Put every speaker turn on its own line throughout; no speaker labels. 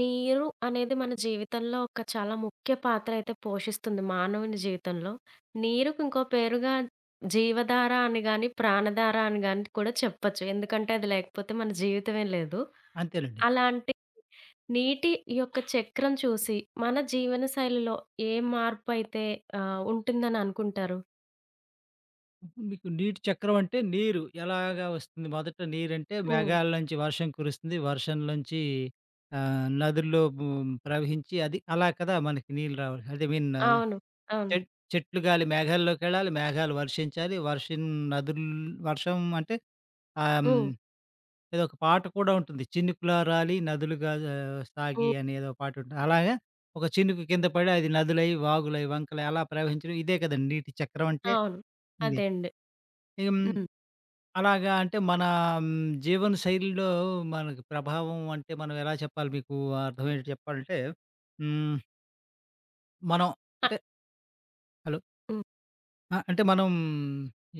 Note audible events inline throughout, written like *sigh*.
నీరు అనేది మన జీవితంలో ఒక చాలా ముఖ్య పాత్ర అయితే పోషిస్తుంది మానవుని జీవితంలో. నీరుకి ఇంకో పేరుగా జీవధార అని గాని, ప్రాణధార అని గాని కూడా చెప్పొచ్చు. ఎందుకంటే అది లేకపోతే మన జీవితమే లేదు.
అంతేనండి.
అలాంటి నీటి యొక్క చక్రం చూసి మన జీవన శైలిలో ఏ మార్పు అయితే ఉంటుందని అనుకుంటారు?
ఇప్పుడు మీకు నీటి చక్రం అంటే నీరు ఎలాగా వస్తుంది? మొదట నీరంటే
హ్మ్.
మేఘాల నుంచి వర్షం కురుస్తుంది. వర్షంలోంచి నదుల్లో ప్రవహించి అది అలా కదా! మనకి నీళ్ళు రావాలి. అదే
అవును. అవును.
చెట్ చెట్లు గాలి మేఘాల్లోకెళ్ళాలి. మేఘాలు వర్షించాలి. నదుల్ వర్షం అంటే ఆహ్, హ్మ్.
హ్మ్.
ఏదో ఒక పాట కూడా ఉంటుంది. చినుకులా రాలి నదులుగా సాగి
హ్మ్.
అని ఏదో పాటుంటది. అలాగా ఒక చినుకు కింద పడి అది నదులై, వాగులై, వంకలై అలా ప్రవహించడం ఇదే కదండీ! నీటి చక్రం అంటే
అవును.
ఇది.
అదే అండి.
హ్మ్.
హ్మ్.
అలాగా అంటే మన హ్మ్, జీవన శైలిలో మనకి ప్రభావం అంటే మనం ఎలా చెప్పాలి మీకు అర్థమయ్యేటట్టు చెప్పాలంటే హ్మ్, మనం అంటే
ఆహ్,
హలో!
హ్మ్.
ఆ! అంటే మనం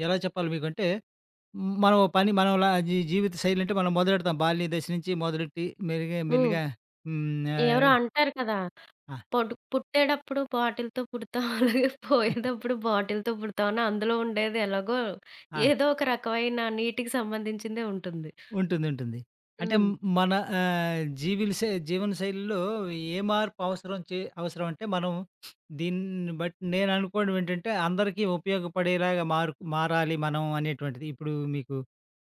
ఎలా చెప్పాలి మీకంటే మనం ఓ పని మనం లా జీవిత శైలి అంటే మనం మొదలెడతాం. బాల్య దశ నుంచి మొదలెట్టి మెల్లిగా
హ్మ్.
మెల్లిగా హ్మ్.
ఎవరో
ఆహ్,
అంటారు కదా!
ఆ!
పుట్టేటప్పుడు బాటిల్‌తో పుడతాం. అలాగే పోయేటప్పుడు బాటిల్‌తో పుడతాం. అని అందులో ఉండేది ఎలాగో
ఆ!
ఏదో ఒక రకమైన నీటికి సంబంధించిందే ఉంటుంది.
ఉంటుంది. అంటే
హ్మ్.
మన జీవనశైలిలో ఏ మార్పు అవసరం అంటే మనం దీన్ని బట్టి నేను అనుకోవడం ఏంటంటే అందరికీ ఉపయోగపడేలాగా మారాలి మనం అనేటువంటిది. ఇప్పుడు మీకు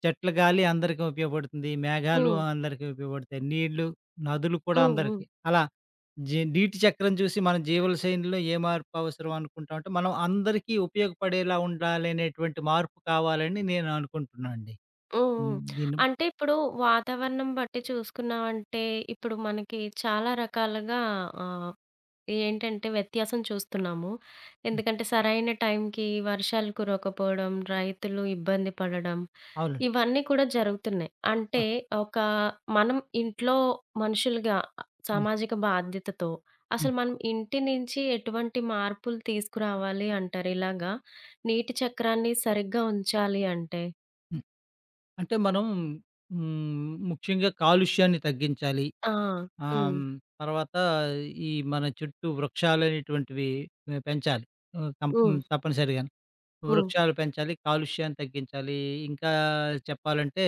చెట్ల గాలి అందరికీ ఉపయోగపడుతుంది. మేఘాలు
హ్మ్.
అందరికీ ఉపయోగపడతాయి. నీళ్లు, నదులు కూడా
హ్మ్. హ్మ్.
అందరికీ. అలా నీటి చక్రం చూసి మన జీవనశైలిలో ఏ మార్పు అవసరం అనుకుంటామంటే మనం అందరికీ ఉపయోగపడేలా ఉండాలనేటువంటి మార్పు కావాలని నేను అనుకుంటున్నానండి.
హ్మ్. హ్మ్.
దీన్ని
అంటే ఇప్పుడు వాతావరణం బట్టి చూసుకున్నామంటే ఇప్పుడు మనకి చాలా రకాలుగా ఆహ్, ఏంటంటే వ్యత్యాసం చూస్తున్నాము. ఎందుకంటే సరైన టైంకి వర్షాలు కురవకపోవడం, రైతులు ఇబ్బంది పడడం
అవునండి.
ఇవన్నీ కూడా జరుగుతున్నాయి.
ఆ!
అంటే ఒక మనం ఇంట్లో మనుషులుగా
హ్మ్.
సామాజిక బాధ్యతతో అసలు
హ్మ్.
మనం ఇంటి నుంచి ఎటువంటి మార్పులు తీసుకురావాలి అంటారు? ఇలాగా నీటి చక్రాన్ని సరిగ్గా ఉంచాలి అంటే?
హ్మ్. అంటే మనం హ్మ్. ముఖ్యంగా కాలుష్యాన్ని తగ్గించాలి.
ఆ!
ఆహ్,
హ్మ్.
హ్మ్. తర్వాత ఈ మన చుట్టూ వృక్షాలనేటువంటివి పెంచాలి. ఆహ్, తం
హ్మ్.
హ్మ్. తప్పనిసరిగాను.
హ్మ్.
వృక్షాలు పెంచాలి, కాలుష్యాన్ని తగ్గించాలి. ఇంకా చెప్పాలంటే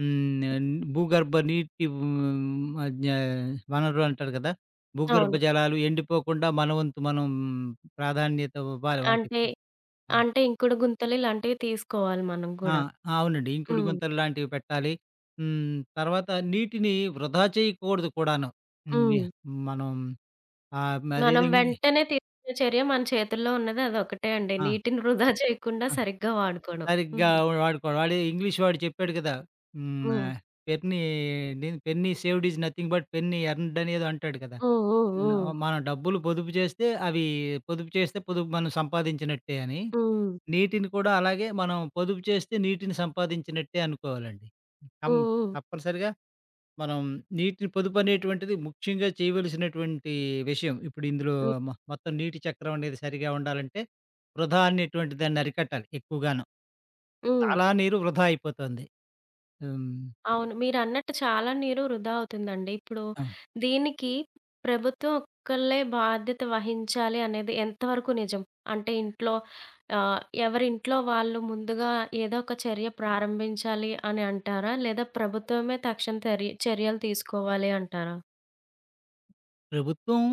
హ్మ్. ఆహ్, భూగర్భ నీటి హ్మ్. ఆహ్, జ్ఞ వనరులు అంటారు కదా! భూగర్భ
అవును.
జలాలు ఎండిపోకుండా మన వంతు మనం ప్రాధాన్యత ఇవ్వాలి
అంటే,
వాటికి. ఆ!
అంటే ఇంకుడు గుంతలు ఇలాంటివి తీసుకోవాలి మనం
ఆ!
గూడా.
ఆ, అవునండి. ఇంకుడు
హ్మ్.
గుంతలు లాంటివి పెట్టాలి. తర్వాత నీటిని వృధా చేయకూడదు కూడాను. హ్మ్. ని
హ్మ్.
మనం అదేదో
మనం వెంటనే తీసుకునే చర్య మన చేతుల్లో ఉన్నది అదొకటే అండి.
ఆ!
నీటిని వృధా చేయకుండా
ఆ!
సరిగ్గా వాడుకోవడం.
సరిగ్గా
హ్మ్.
వాడుకోవాలి. వాడు ఇంగ్లీష్ వాడు చెప్పాడు కదా! హ్మ్.
హ్మ్.
Ah, penny the penny saved is nothing but penny earned అనేదో అంటాడు కదా!
హ్మ్.
న
హ్మ్.
మనం డబ్బులు పొదుపు చేస్తే అవి పొదుపు మనం సంపాదించినట్టే అని.
హ్మ్.
నీటిని కూడా అలాగే మనం పొదుపు చేస్తే నీటిని సంపాదించినట్టే అనుకోవాలండి. కం
హ్మ్. హ్మ్.
తప్పనిసరిగా మనం నీటిని పొదుపు అనేటువంటిది ముఖ్యంగా చేయవలసినటువంటి విషయం. ఇప్పుడు ఇందులో
హ్మ్.
మొత్తం నీటి చక్రం అనేది సరిగా ఉండాలంటే, వృధా అనేటువంటి దాన్ని అరికట్టాలి ఎక్కువగాను.
హ్మ్.
చాలా నీరు వృధా అయిపోతుంది. హ్మ్.
అవును. మీరన్నట్టు చాలా నీరు వృధా అవుతుందండి. ఇప్పుడు
అవును.
దీనికి ప్రభుత్వం ఒక్కళ్ళే బాధ్యత వహించాలి అనేది ఎంతవరకు నిజం? అంటే ఇంట్లో ఆహ్, ఎవరింట్లో వాళ్ళు ముందుగా ఏదో ఒక చర్య ప్రారంభించాలి అని అంటారా? లేదా ప్రభుత్వమే తక్షణ చర్యలు తీసుకోవాలి అంటారా?
ప్రభుత్వం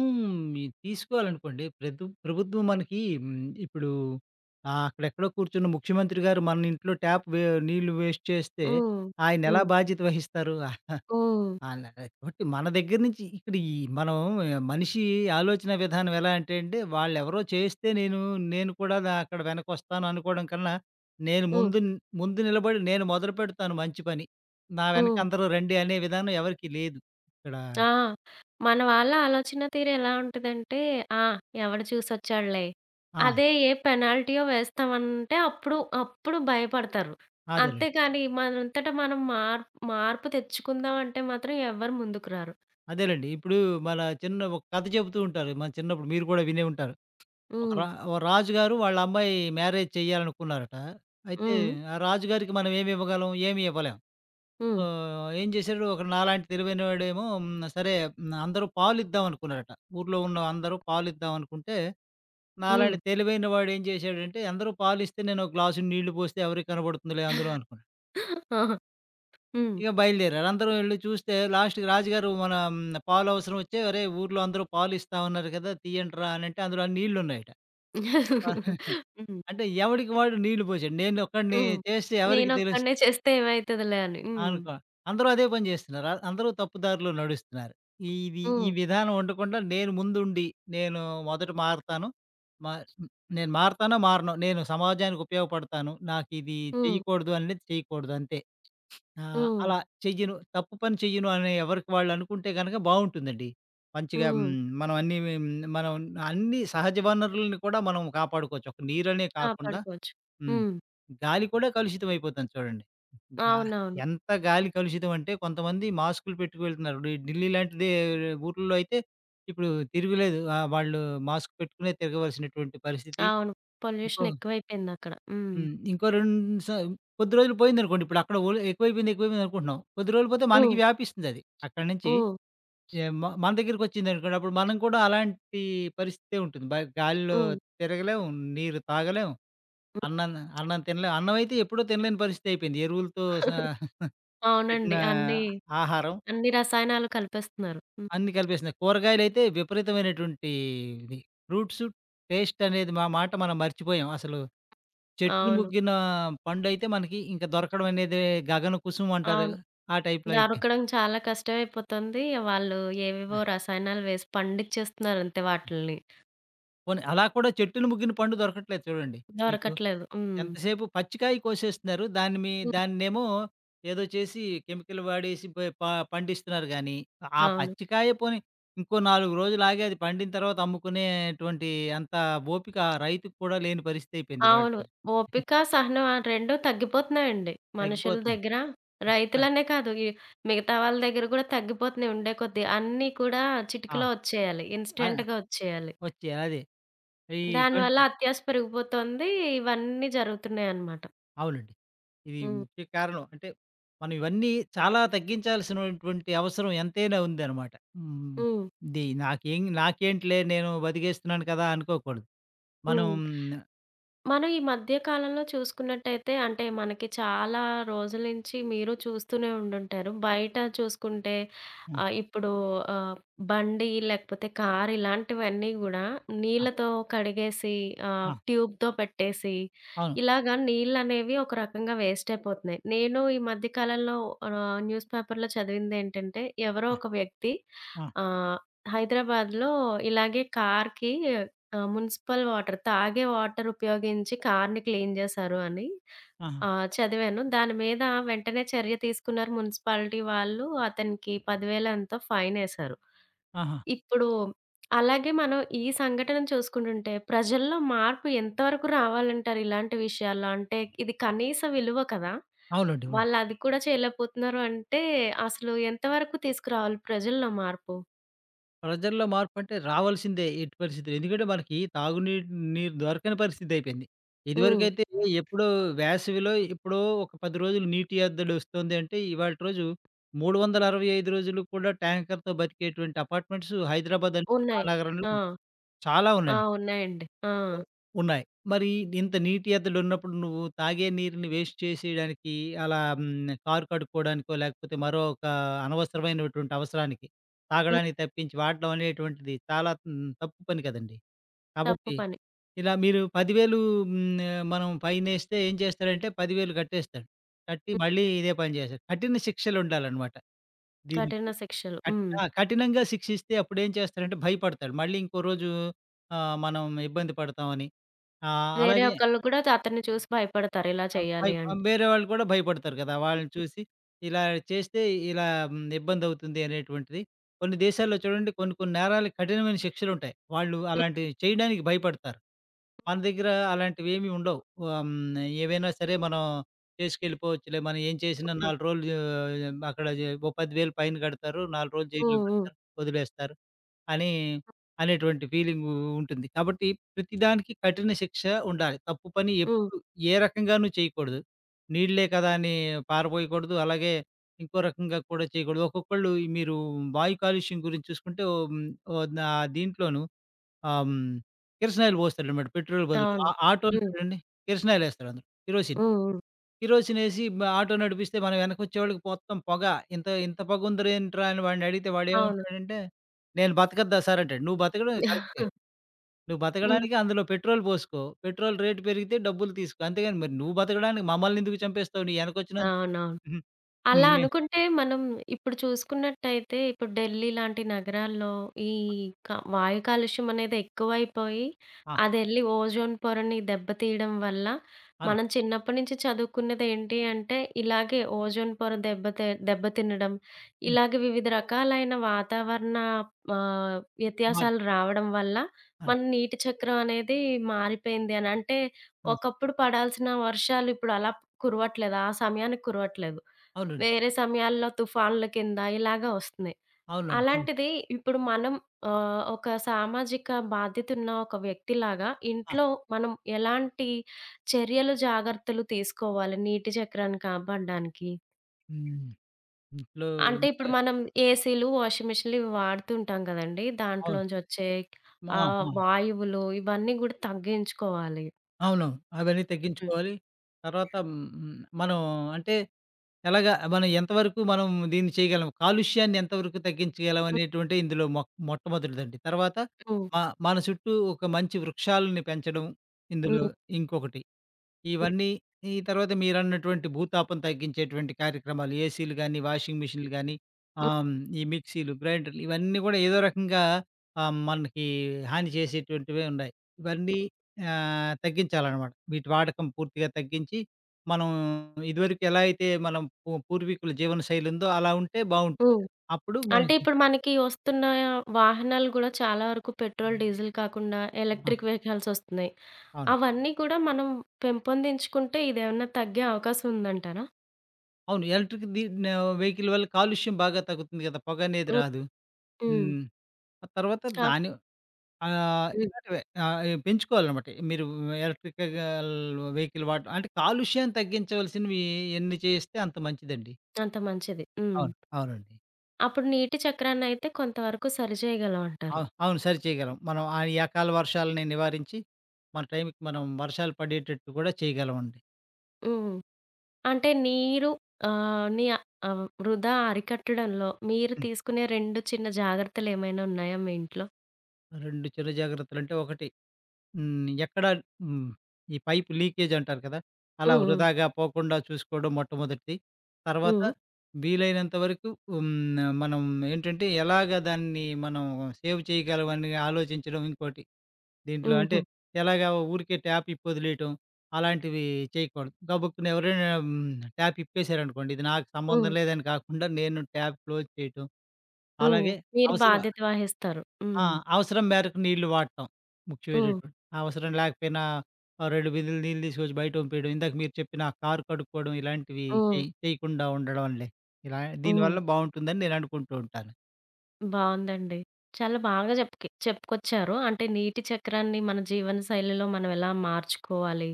ఈ తీసుకోవాలనుకోండి. ప్రభుత్వం మనకి ఇప్పుడు అక్కడెక్కడో కూర్చున్న ముఖ్యమంత్రి గారు మన ఇంట్లో ట్యాప్ వే నీళ్లు వేస్ట్ చేస్తే,
హ్మ్.
ఆయనెలా
హ్మ్.
బాధ్యత వహిస్తారు?
హ్మ్.
ఆ! న కాబట్టి మన దగ్గర నుంచి ఇక్కడ ఈ మనం మనిషి ఆలోచన విధానం ఎలా అంటే అండి, వాళ్ళెవరో చేస్తే నేను నేను కూడా అక్కడ వెనకొస్తాను అనుకోవడం కన్నా, నేను
హ్మ్.
ముందు ముందు నిలబడి నేను మొదలు పెడతాను మంచి పని. నా వెనక
హ్మ్.
అందరూ రండి అనే విధానం ఎవరికీ లేదు. ఇక్కడ
ఆ! మన వాళ్ళ ఆలోచన తీరు ఎలా ఉంటదంటే, ఆ! ఎవడు చూసొచ్చాడులే.
ఆ!
అదే ఏ పెనాల్టీయో వేస్తామంటే అప్పుడు భయపడతారు.
అదేలెండి.
అంతేగాని మనంతట మనం మార్పు తెచ్చుకుందాం అంటే మాత్రం ఎవ్వరు ముందుకు రారు.
అదేలెండి. ఇప్పుడు మన చిన్న ఒక కథ చెబుతూ ఉంటారు. మన చిన్నప్పుడు మీరు కూడా వినే ఉంటారు. ఒక
హ్మ్.
రా ఓ రాజుగారు వాళ్ళ అమ్మాయి మ్యారేజ్ చేయాలనుకున్నారట. అయితే
హ్మ్.
ఆ రాజుగారికి మనం ఏమి ఇవ్వగలం? ఏమి ఇవ్వలేం.
హ్మ్.
సో, ఏం చేశాడు ఒక నాలాంటి తెలివైనవాడేమో సరే అందరూ పాలిద్దాం అనుకున్నారట. ఊర్లో ఉన్న అందరూ పాలిద్దాం అనుకుంటే,
హ్మ్.
నాలాంటి తెలివైన వాడు ఏం చేశాడంటే, అందరూ పాలిస్తే నేను ఒక గ్లాసుడు నీళ్లు పోస్తే ఎవరికి కనబడుతుందిలే అందులో అనుకున్నాడు.
ఆహా! హ్మ్.
ఇక బయలుదేరారు. అందరూ వెళ్లి చూస్తే లాస్ట్‌కి రాజుగారు మన పాలు అవసరం వచ్చి "ఒరేయ్! ఊర్లో అందరూ పాలు ఇస్తా ఉన్నారు కదా! తీయండిరా" అనంటే అందులో నీళ్లున్నాయట. మొత్తం *laughs*
హ్మ్.
అంటే ఎవడికి వాడు నీళ్లు పోసాడు. నేనొక్కడిని
హ్మ్.
చేస్తే ఎవరికి
నేనొక్కడినే
తెలుస్తది?
చేస్తే ఏమైతదిలే అని. హ్మ్.
అనుకో అందరూ అదే పని జేస్తున్నారు. అందరూ తప్పుదారిలో నడుస్తున్నారు. ఇది ఈ
హ్మ్.
విధానం ఉండకుండా నేను ముందుండి, నేను మొదట మారతాను. మా నేను మారతానో, మారనో, నేను సమాజానికి ఉపయోగపడతాను. నాకిది
హ్మ్.
చేయకూడదు అనేది చేయకూడదు అంతే.
హ్మ్.
అలా చెయ్యను, తప్పు పని చెయ్యను అనే ఎవరికి వాళ్ళు అనుకుంటే గనక బావుంటుందండి. మంచిగా
హ్మ్.
మనం అన్నీ మనం అన్ని సహజ వనరుల్ని కూడా మనం కాపాడుకోవచ్చు. ఒక నీరనే కాకుండా
కాపాడుకోవచ్చు.
హ్మ్.
హ్మ్.
గాలి కూడా కలుషితం అయిపోతుంది చూడండి. గా
అవునవును.
ఎంత గాలి కలుషితం అంటే కొంతమంది మాస్కులు పెట్టుకు వెళ్తున్నారు. ఢిల్లీ లాంటి ఊర్లలో అయితే ఇప్పుడు తిరుగులేదు. వాళ్ళు మాస్క్ పెట్టుకునే తిరగవలసినటువంటి పరిస్థితి.
అవును.
ఇంకో
పొల్యూషన్ ఎక్కువైపోయిందక్కడ. హ్మ్.
హ్మ్. ఇంకో 2 స కొద్ది రోజులు పోయిందనుకోండి. ఇప్పుడు అక్కడ ఓల్ ఎక్కువైపోయింది, ఎక్కువైపోయింది అనుకుంటున్నాం. కొద్ది రోజులు పోతే మనకి
హ్మ్.
వ్యాపిస్తుందది. అక్కడి నుంచి
హ్మ్.
ఎ మ మన దగ్గరికొచ్చిందనుకోండి. అప్పుడు మనం కూడా అలాంటి పరిస్థితే ఉంటుంది. గాలిలో
హ్మ్.
తిరగలేం, నీరు తాగలేం.
హ్మ్.
అన్నం అన్నం అన్నమైతే ఎప్పుడో తినలేని పరిస్థితి అయిపోయింది. ఎరువులతో సహా
అవునండి.
పెట్టిన
అన్నీ,
ఆహారం
అన్ని రసాయనాలు కలిపేస్తున్నారు. హ్మ్.
అన్నీ కలిపేసినాయి. కూరగాయలైతే విపరీతమైనటువంటి ఇది. ఫ్రూట్స్ టేస్ట్ అనేది మా మాట మనం మర్చిపోయాం. అసలు చెట్టున
అవును.
ముగ్గిన పండయితే మనకి ఇంక దొరకడం అనేది గగన కుసుమం అంటారు.
అవును.
ఆ టైప్‌లో అయిపోయింది.
దొరకడం చాలా కష్టమైపోతుంది. వాళ్ళు ఏవేవో రసాయనాలు వేసి పండిచ్చేస్తున్నారంతే వాటిల్ని.
పోనీ అలా కూడా చెట్టున ముగ్గిన పండు దొరకట్లేదు చూడండి మీకు.
దొరకట్లేదు. హ్మ్.
ఎంతసేపు పచ్చికాయ కోసేస్తున్నారు. దాన్ని మీ
హ్మ్.
దాన్నేమో ఏదో చేసి కెమికల్ వాడేసి పె ప పండిస్తున్నారు గానీ, ఆ
అవును.
పచ్చికాయ పోనీ ఇంకో 4 రోజులు ఆగి అది పండిన తర్వాత అమ్ముకునేటువంటి అంత ఓపిక రైతుకి కూడా లేని పరిస్థితి అయిపోయింది ఇవాల్టి
అవును.
రోజు. *laughs*
ఓపిక, సహనం ఆ 2 తగ్గిపోతున్నాయండి మనుషుల
తగ్గిపోతున్నాయి.
దగ్గర.
ఆ!
రైతులనే కాదు, ఈ మిగతా వాళ్ళ దగ్గర గూడా తగ్గిపోతున్నాయి ఉండే కొద్దీ. అన్నీ కూడా
ఆ!
చిటికలో వచ్చేయాలి.
ఆ!
ఇన్‌స్టంట్‌గా వచ్చేయాలి.
వచ్చాయి. అదే. ఈ
దానివల్ల
ట్వెంటీ
అత్యాశ పెరిగిపోతోంది. ఇవన్నీ జరుగుతున్నాయన్నమాట.
అవునండి. ఇది
హ్మ్.
ముఖ్య కారణం. అంటే, మనం ఇవన్నీ చాలా తగ్గించాల్సినటువంటి అవసరం ఎంతైనా ఉందనమాట. హ్మ్.
హ్మ్.
ఇది నాకేం నాకేంటిలే నేను బతికేస్తున్నాను కదా! అనుకోకూడదు. మనం
హ్మ్. మనం ఈ మధ్య కాలంలో చూసుకున్నట్టయితే అంటే మనకి చాలా రోజుల నుంచి మీరు చూస్తూనే ఉండుంటారు. బయట చూసుకుంటే
ఆ!
ఇప్పుడు ఆహ్, బండి లేకపోతే కారు ఇలాంటివన్నీ గూడా
ఆ!
నీళ్ళతో కడిగేసి
ఆ!
ట్యూబ్‌తో పెట్టేసి
అవును.
ఇలాగా నీళ్ళనేవి ఒక రకంగా వేస్ట్ అయిపోతున్నాయి. నేను ఈ మధ్య కాలంలో న్యూస్ పేపర్‌లో చదివిందేంటంటే ఎవరో
ఆ!
ఒక వ్యక్తి
ఆ!
ఆహ్, హైదరాబాద్‌లో ఇలాగే కార్‌కి ఆ! మున్సిపల్ వాటర్, తాగే వాటర్ ఉపయోగించి కార్‌ని క్లీన్ జేశారు అని
ఆహా!
చదివాను. దాని మీద వెంటనే చర్య తీసుకున్నారు మున్సిపాలిటీ వాళ్ళు. అతనికి 10,000 ఎంతో ఫైనేశారు.
ఆహా!
ఇప్పుడు అలాగే మనం ఈ సంఘటన చూసుకుంటుంటే ప్రజల్లో మార్పు ఎంత వరకు రావాలంటారు ఇలాంటి విషయాల్లో? అంటే ఇది కనీస విలువ కదా!
అవునండి. అవును.
వాళ్ళది కూడా చేయలేకపోతున్నారు అంటే అసలు ఎంతవరకు తీసుకురావాలి ప్రజల్లో మార్పు?
ప్రజల్లో మార్పంటే రావాల్సిందే ఎట్టి పరిస్థితిలో. ఎందుకంటే మనకి తాగునీటి నీరు దొరకని పరిస్థితయిపోయింది.
హ్మ్.
ఇదివరకైతే ఎప్పుడో వేసవిలో ఎప్పుడో ఒక 10 రోజులు నీటి ఎద్దడి వస్తుంది అంటే ఇవాల్టి రోజు 365 రోజులు కూడా ట్యాంకర్‌తో బతికేటువంటి అపార్ట్మెంట్స్ హైదరాబాద్ అనే
ఉన్నాయి.
మహానగరంలో
ఆ!
చాలా
ఆ!
ఉన్నాయి.
ఉన్నాయండి. ఆ!
ఉ ఉన్నాయి. మరి ఇంత నీటి ఎద్దడున్నప్పుడు నువ్వు తాగే నీరుని వేస్ట్ చేసేయడానికి అలా కారు కడుక్కోవడానికో, లేకపోతే మరో ఒక అనవసరమైనటువంటి అవసరానికి తాగడానికి తప్పించి వాడడం అనేటువంటిది చాలా తప్పు పని కదండీ.
తప్పు
కాబట్టి
పని.
ఇలా మీరు 10,000 మనం ఫైనేస్తే ఏం చేస్తాడంటే 10,000 కట్టేస్తాడు. కట్టి
హ్మ్.
మళ్ళీ ఇదే పని చేస్తాడు. కఠిన శిక్షలుండాలనమాట. దీనికి
కఠిన శిక్షలు.
కట్
హ్మ్.
ఆ! కఠినంగా శిక్షిస్తే అప్పుడేం చేస్తాడంటే భయపడతాడు. మళ్ళీ ఇంకో రోజు మనం ఇబ్బంది పడతామని. అవును.
వేరే హ్మ్.
అలాగే
ఒకళ్ళు కూడా అతన్ని చూసి భయపడతారు ఇలా
ఆహ్, భయ్
చేయాలి అంటే.
వేరే వాళ్ళు కూడా భయపడతారు కదా! వాళ్ళని చూసి ఇలా చేస్తే ఇలా ఇబ్బందవుతుంది అనేటువంటిది. కొన్ని దేశాల్లో చూడండి కొన్ని కొన్ని నేరాలకి కఠినమైన శిక్షలుంటాయి. వాళ్ళు అలాంటివి చేయడానికి భయపడతారు. మన దగ్గర అలాంటివేమీ ఉండవు. ఏవైనా సరే మనం చేసుకెళ్ళిపోవచ్చులే. మనం ఏం చేసినా
హ్మ్.
4 రోజులు అక్కడ ఓ 10,000 ఫైన్ కడతారు. 4 రోజులు జైల్లో
హ్మ్. హ్మ్.
పెడతారు. వదిలేస్తారు. అని అనేటువంటి ఫీలింగు ఉంటుంది. కాబట్టి ప్రతిదానికి కఠిన శిక్ష ఉండాలి. తప్పు పని
హ్మ్.
ఎప్పుడు ఏ రకంగానూ చేయకూడదు. నీళ్ళే కదా అని పారబోయకూడదు. అలాగే ఇంకో రకంగా కూడా చేయకూడదు. ఒక్కొక్కళ్ళు ఈ మీరు వాయు కాలుష్యం గురించి చూసుకుంటే ఓహ్! ఓహ్! దీంట్లోను ఆహ్, హ్మ్. కిరసనాయిల్ పోస్తాడనమాట పెట్రోల్ బదులు.
అవును.
ఆ ఆటోలు
హ్మ్.
చూడండి కిరసనాయిల్ ఏస్తాడు అందులో కిరోసిన్.
హ్మ్. హ్మ్.
కిరోసినేసి ఆటో నడిపిస్తే మనం వెనకొచ్చేవాళ్ళకి మొత్తం పొగ. ఇంత ఇంత పొగుందిరేంట్రా అని వాడినడిగితే
అవును.
వాడేమంటాడంటే, "నేను బతకద్దా సార్" అంటాడు. నువ్వు బతకడం కరెక్టే.
*laughs*
నువ్వు
హ్మ్.
బతకడానికి అందులో పెట్రోల్ పోసుకో. పెట్రోల్ రేట్ పెరిగితే డబ్బులు తీసుకో. అంతేగాని మరి నువ్వు బతకడానికి మమ్మల్నెందుకు చంపేస్తావు? నీ యెనకొచ్చినందు
అవునవును.
*laughs* హ్మ్.
అలా
హ్మ్.
అనుకుంటే మనం ఇప్పుడు చూసుకున్నట్టయితే ఇప్పుడు ఢిల్లీ లాంటి నగరాల్లో ఈ క వాయు కాలుష్యం అనేది ఎక్కువైపోయి
ఆ!
అదెళ్ళి ఓజోన్ పొరని దెబ్బతీయడం వల్ల
అవును.
మనం చిన్నప్పటి నుంచి చదువుకున్నది ఏంటి అంటే ఇలాగే ఓజోన్ పొర దెబ్బతినడం,
హ్మ్.
ఇలాగే వివిధ రకాలైన వాతావరణ ఆహ్,
మార్
వ్యత్యాసాలు రావడం వల్ల
అవును.
మన నీటి చక్రం అనేది మారిపోయింది అని. అంటే
ఆ!
ఒకప్పుడు పడాల్సిన వర్షాలు ఇప్పుడు అలా కురవట్లేదు. ఆ సమయానికి కురవట్లేదు.
అవునండి.
వేరే సమయాల్లో తుఫాన్ల కింద ఇలాగా వస్తున్నాయి.
అవునవును. అవును.
అలాంటిది ఇప్పుడు మనం ఒక సామాజిక బాధ్యతున్న ఒక వ్యక్తిలాగా
ఆ!
ఇంట్లో మనం ఎలాంటి చర్యలు, జాగ్రత్తలు తీసుకోవాలి నీటి చక్రాన్ని కాపాడడానికి?
హ్మ్. ఇంట్లో
అంటే ఇప్పుడు
ఉంటే
మనం ఏసీలు, వాషింగ్ మిషన్‌లు ఇవి వాడుతుంటాం గదండీ!
అవును.
దాంట్లోంచి వచ్చే
ఆ! ఆ!
వాయువులు ఇవన్నీ గూడా తగ్గించుకోవాలి.
అవునవును. అవన్నీ
హ్మ్.
తగ్గించుకోవాలి. తర్వాత మనం అంటే ఎలాగా మనం ఎంతవరకు మనం దీన్ని చేయగలం? కాలుష్యాన్ని ఎంతవరకు తగ్గించగలం
హ్మ్.
అనేటువంటిది ఇందులో మొట్టమొదటిదండి. తర్వాత
హ్మ్.
మ మన చుట్టూ ఒక మంచి వృక్షాలని పెంచడం ఇందులో
హ్మ్.
ఇంకొకటి.
హ్మ్.
ఇవన్నీ ఈ తర్వాత మీరన్నటువంటి భూతాపం తగ్గించేటువంటి కార్యక్రమాలు ఏసీలు గానీ, వాషింగ్ మిషన్‌లు గానీ,
హ్మ్.
ఆహ్, ఈ మిక్సీలు, గ్రైండర్లు ఇవన్నీ గూడా ఏదో రకంగా మనకి హాని చేసేటువంటివే ఉన్నాయి. ఇవన్నీ తగ్గించాలనమాట. వీటి వాడకం పూర్తిగా తగ్గించి, మనం ఇదివరకు ఎలా అయితే మనం పూర్వీకుల జీవనశైలి ఉందో అలా ఉంటే బావుంటుంది.
హ్మ్.
అప్పుడు
అంటే
మనకి
ఇప్పుడు మనకి వస్తున్న వాహనాలు గూడా చాలా వరకు పెట్రోల్, డీజిల్ కాకుండా
ఆ!
ఎలక్ట్రిక్ వెహికల్స్ వస్తున్నాయి.
అవును.
అవన్నీ కూడా మనం పెంపొందించుకుంటే ఇదేమన్నా తగ్గే అవకాశం ఉందంటారా?
అవును. ఎలక్ట్రిక్ ది న వెహికల్ వల్ల కాలుష్యం బాగా తగ్గుతుంది గదా! పొగనేది
హ్మ్.
రాదు.
హ్మ్.
హ్మ్. ఆ తర్వాత
కా
దాని
హ్మ్.
ఇలాంటివే ఆహ్, ఇ పెంచుకోవాలనమాట. మీరు ఎలక్ట్రికల్ వెహికల్ వాడటం అంటే కాలుష్యం తగ్గించవలసినవి ఎన్ని చేస్తే అంత మంచిదండి.
అంత మంచిది. హ్మ్.
అవును. అవునండి.
అప్పుడు నీటి చక్రాన్నయితే కొంతవరకు సరిచేయగలం అంటారు.
అవును. సరి చేయగలం. మనం ఆ ఈ అకాల వర్షాలని నివారించి, మన టైంకి మనం వర్షాలు పడేటట్టు కూడా చేయగలమండి.
హ్మ్. అంటే నీరు ఆహ్, నీ వృధా అరికట్టడంలో మీరు
హ్మ్.
తీసుకునే 2 చిన్న జాగ్రత్తలేమైనా ఉన్నాయా మీ ఇంట్లో?
2 చిన్న జాగ్రత్తలంటే ఒకటి ఎక్కడ హ్మ్. ఈ పైప్ లీకేజ్ అంటారు కదా! అలా
హ్మ్. హ్మ్.
వృధాగా పోకుండా చూసుకోవడం మొట్టమొదటిది. తర్వాత
హ్మ్.
వీలైనంత వరకు మనం ఏంటంటే ఎలాగ దాన్ని మనం సేవ్ చేయగలం అని ఆలోచించడం ఇంకోటి. దీంట్లో
హుహు.
అంటే ఎలాగా ఊరికే ట్యాప్ ఇప్పొదిలేయటం అలాంటివి చేయకూడదు. గబుక్కున ఎవరైనా ట్యాప్ ఇప్పేసారనుకోండి, ఇది నాకు
హ్మ్.
సంబంధం లేదని కాకుండా నేను ట్యాప్ క్లోజ్ చేయటం
హ్మ్.
అలాగే
మీరు
అవసర
బాధ్యత వహిస్తారు.
ఆ!
హ్మ్.
అవసరం మేరకు నీళ్లు వాడటం.
హ్మ్.
ముఖ్యమైనటువంటి అవసరం లేకపోయినా ఓ 2 బిందెలు నీళ్ళు తీసుకొచ్చి బయట పంపేయడం. ఇందాక మీరు చెప్పిన ఆ కారు కడుక్కోవడం ఇలాంటివి
హ్మ్.
చేయకుండా ఉండడంలే. ఇలా
హ్మ్.
దీనివల్ల బావుంటుందని నేను అనుకుంటూ ఉంటాను.
బావుందండి. చాలా బాగా చెప్పుకొచ్చారు. అంటే నీటి చక్రాన్ని మన జీవన శైలిలో మనం ఎలా మార్చుకోవాలి,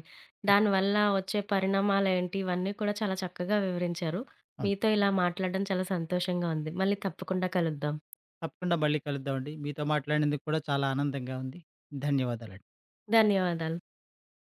దానివల్ల వచ్చే పరిణామాలేంటి, ఇవన్నీ కూడా చాలా చక్కగా వివరించారు.
అవును.
మీతో ఇలా మాట్లాడడం చాలా సంతోషంగా ఉంది. మళ్ళీ తప్పకుండా కలుద్దాం.
తప్పకుండా మళ్ళీ కలుద్దామండి. మీతో మాట్లాడినందుకు కూడా చాలా ఆనందంగా ఉంది. ధన్యవాదాలండి.
ధన్యవాదాలు.